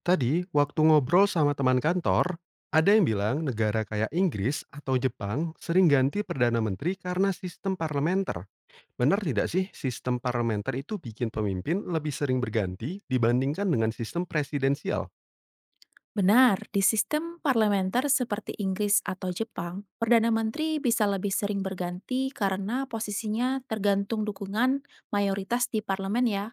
Tadi, waktu ngobrol sama teman kantor, ada yang bilang negara kayak Inggris atau Jepang sering ganti Perdana Menteri karena sistem parlementer. Benar tidak sih sistem parlementer itu bikin pemimpin lebih sering berganti dibandingkan dengan sistem presidensial? Benar, di sistem parlementer seperti Inggris atau Jepang, Perdana Menteri bisa lebih sering berganti karena posisinya tergantung dukungan mayoritas di parlemen ya.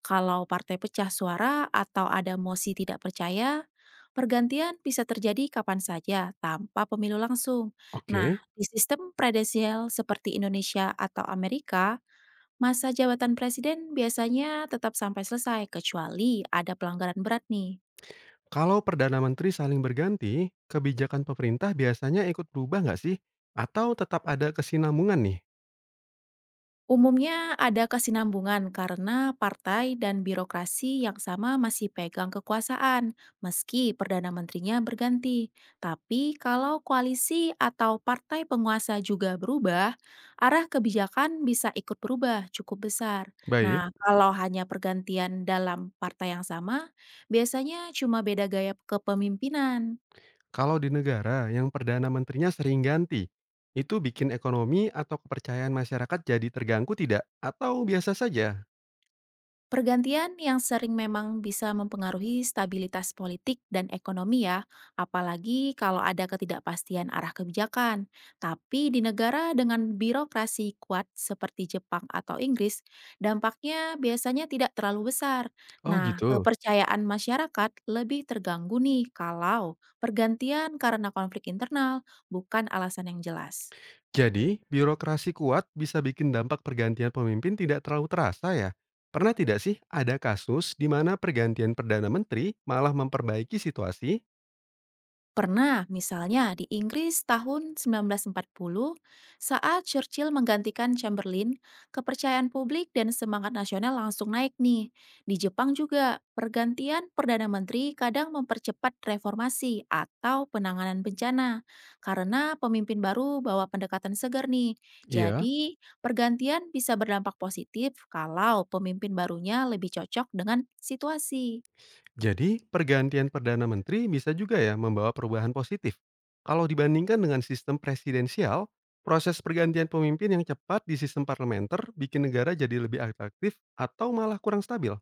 Kalau partai pecah suara atau ada mosi tidak percaya, pergantian bisa terjadi kapan saja tanpa pemilu langsung. Nah, Oke. di sistem presidensial seperti Indonesia atau Amerika, masa jabatan presiden biasanya tetap sampai selesai kecuali ada pelanggaran berat nih. Kalau Perdana Menteri saling berganti, kebijakan pemerintah biasanya ikut berubah nggak sih? Atau tetap ada kesinambungan nih? Umumnya ada kesinambungan karena partai dan birokrasi yang sama masih pegang kekuasaan, meski Perdana Menterinya berganti. Tapi kalau koalisi atau partai penguasa juga berubah, arah kebijakan bisa ikut berubah cukup besar. Baik. Nah, kalau hanya pergantian dalam partai yang sama, biasanya cuma beda gaya kepemimpinan. Kalau di negara yang perdana menterinya sering ganti, itu bikin ekonomi atau kepercayaan masyarakat jadi terganggu tidak? Atau biasa saja? Pergantian yang sering memang bisa mempengaruhi stabilitas politik dan ekonomi ya, apalagi kalau ada ketidakpastian arah kebijakan. Tapi di negara dengan birokrasi kuat seperti Jepang atau Inggris, dampaknya biasanya tidak terlalu besar. Oh Nah, gitu. kepercayaan masyarakat lebih terganggu nih kalau pergantian karena konflik internal bukan alasan yang jelas. Jadi, birokrasi kuat bisa bikin dampak pergantian pemimpin tidak terlalu terasa ya? Pernah tidak sih ada kasus di mana pergantian Perdana Menteri malah memperbaiki situasi? Pernah, misalnya di Inggris tahun 1940, saat Churchill menggantikan Chamberlain, kepercayaan publik dan semangat nasional langsung naik nih. Di Jepang juga, pergantian Perdana Menteri kadang mempercepat reformasi atau penanganan bencana, karena pemimpin baru bawa pendekatan segar nih. Iya. Jadi, pergantian bisa berdampak positif kalau pemimpin barunya lebih cocok dengan situasi. Jadi, pergantian perdana menteri bisa juga ya membawa perubahan positif. Kalau dibandingkan dengan sistem presidensial, proses pergantian pemimpin yang cepat di sistem parlementer bikin negara jadi lebih atraktif atau malah kurang stabil.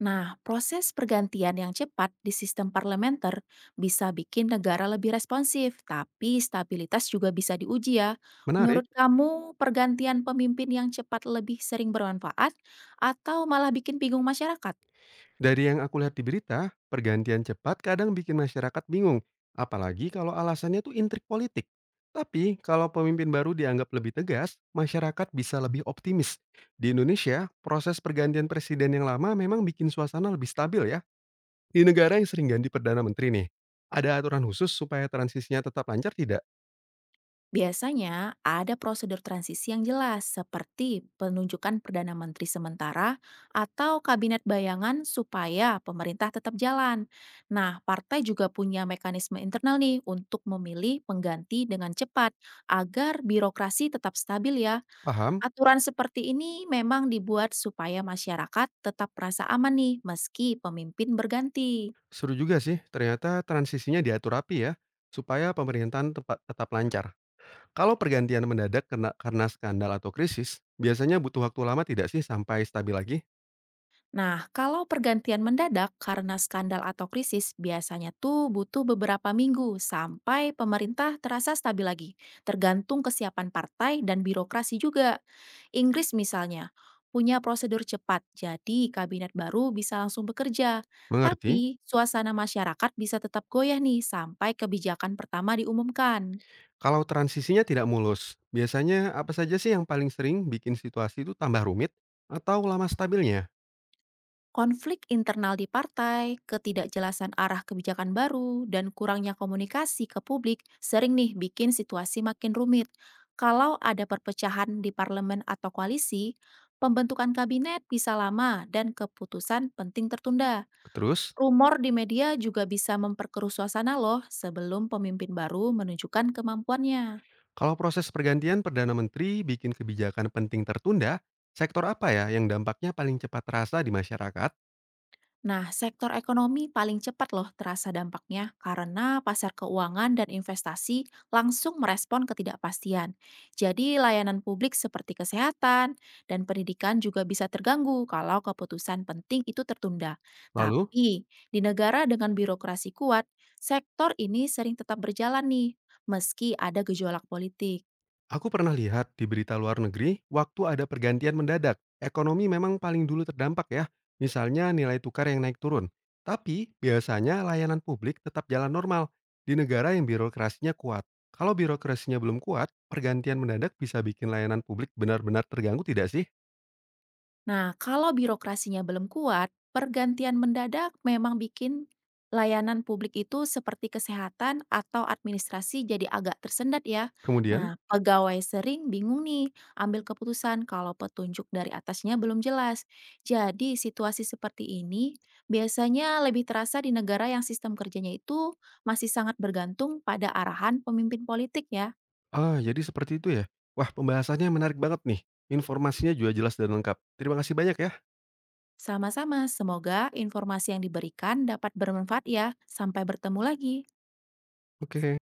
Nah, proses pergantian yang cepat di sistem parlementer bisa bikin negara lebih responsif, tapi stabilitas juga bisa diuji ya. Menarik. Menurut kamu, pergantian pemimpin yang cepat lebih sering bermanfaat atau malah bikin bingung masyarakat? Dari yang aku lihat di berita, pergantian cepat kadang bikin masyarakat bingung, apalagi kalau alasannya tuh intrik politik. Tapi kalau pemimpin baru dianggap lebih tegas, masyarakat bisa lebih optimis. Di Indonesia, proses pergantian presiden yang lama memang bikin suasana lebih stabil ya. Di negara yang sering ganti perdana menteri nih, ada aturan khusus supaya transisinya tetap lancar tidak? Biasanya ada prosedur transisi yang jelas seperti penunjukan Perdana Menteri sementara atau kabinet bayangan supaya pemerintah tetap jalan. Nah, partai juga punya mekanisme internal nih untuk memilih pengganti dengan cepat agar birokrasi tetap stabil ya. Paham? Aturan seperti ini memang dibuat supaya masyarakat tetap merasa aman nih meski pemimpin berganti. Seru juga sih, ternyata transisinya diatur rapi ya, supaya pemerintahan tepat, tetap lancar. Kalau pergantian mendadak kena, karena skandal atau krisis, biasanya butuh waktu lama tidak sih sampai stabil lagi? Nah, kalau pergantian mendadak karena skandal atau krisis, biasanya tuh butuh beberapa minggu sampai pemerintah terasa stabil lagi, tergantung kesiapan partai dan birokrasi juga. Inggris misalnya, punya prosedur cepat, jadi kabinet baru bisa langsung bekerja. Mengerti? Tapi, suasana masyarakat bisa tetap goyah nih sampai kebijakan pertama diumumkan. Kalau transisinya tidak mulus, biasanya apa saja sih yang paling sering bikin situasi itu tambah rumit atau lama stabilnya? Konflik internal di partai, ketidakjelasan arah kebijakan baru, dan kurangnya komunikasi ke publik sering nih bikin situasi makin rumit. Kalau ada perpecahan di parlemen atau koalisi, pembentukan kabinet bisa lama dan keputusan penting tertunda. Terus, Rumor di media juga bisa memperkeruh suasana loh sebelum pemimpin baru menunjukkan kemampuannya. kalau proses pergantian Perdana Menteri bikin kebijakan penting tertunda, sektor apa ya yang dampaknya paling cepat terasa di masyarakat? Nah, sektor ekonomi paling cepat loh terasa dampaknya karena pasar keuangan dan investasi langsung merespon ketidakpastian. Jadi, layanan publik seperti kesehatan dan pendidikan juga bisa terganggu kalau keputusan penting itu tertunda. Lalu, Tapi, di negara dengan birokrasi kuat, sektor ini sering tetap berjalan nih, meski ada gejolak politik. aku pernah lihat di berita luar negeri, waktu ada pergantian mendadak, ekonomi memang paling dulu terdampak ya, misalnya nilai tukar yang naik turun. Tapi, biasanya layanan publik tetap jalan normal di negara yang birokrasinya kuat. Kalau birokrasinya belum kuat, pergantian mendadak bisa bikin layanan publik benar-benar terganggu tidak sih? Nah, kalau birokrasinya belum kuat, pergantian mendadak memang bikin layanan publik itu seperti kesehatan atau administrasi jadi agak tersendat ya. Kemudian, Nah, pegawai sering bingung nih ambil keputusan kalau petunjuk dari atasnya belum jelas. Jadi, situasi seperti ini biasanya lebih terasa di negara yang sistem kerjanya itu masih sangat bergantung pada arahan pemimpin politik ya. ah, jadi seperti itu ya? Wah, pembahasannya menarik banget nih. Informasinya juga jelas dan lengkap. Terima kasih banyak ya. Sama-sama, semoga informasi yang diberikan dapat bermanfaat ya. Sampai bertemu lagi. Oke.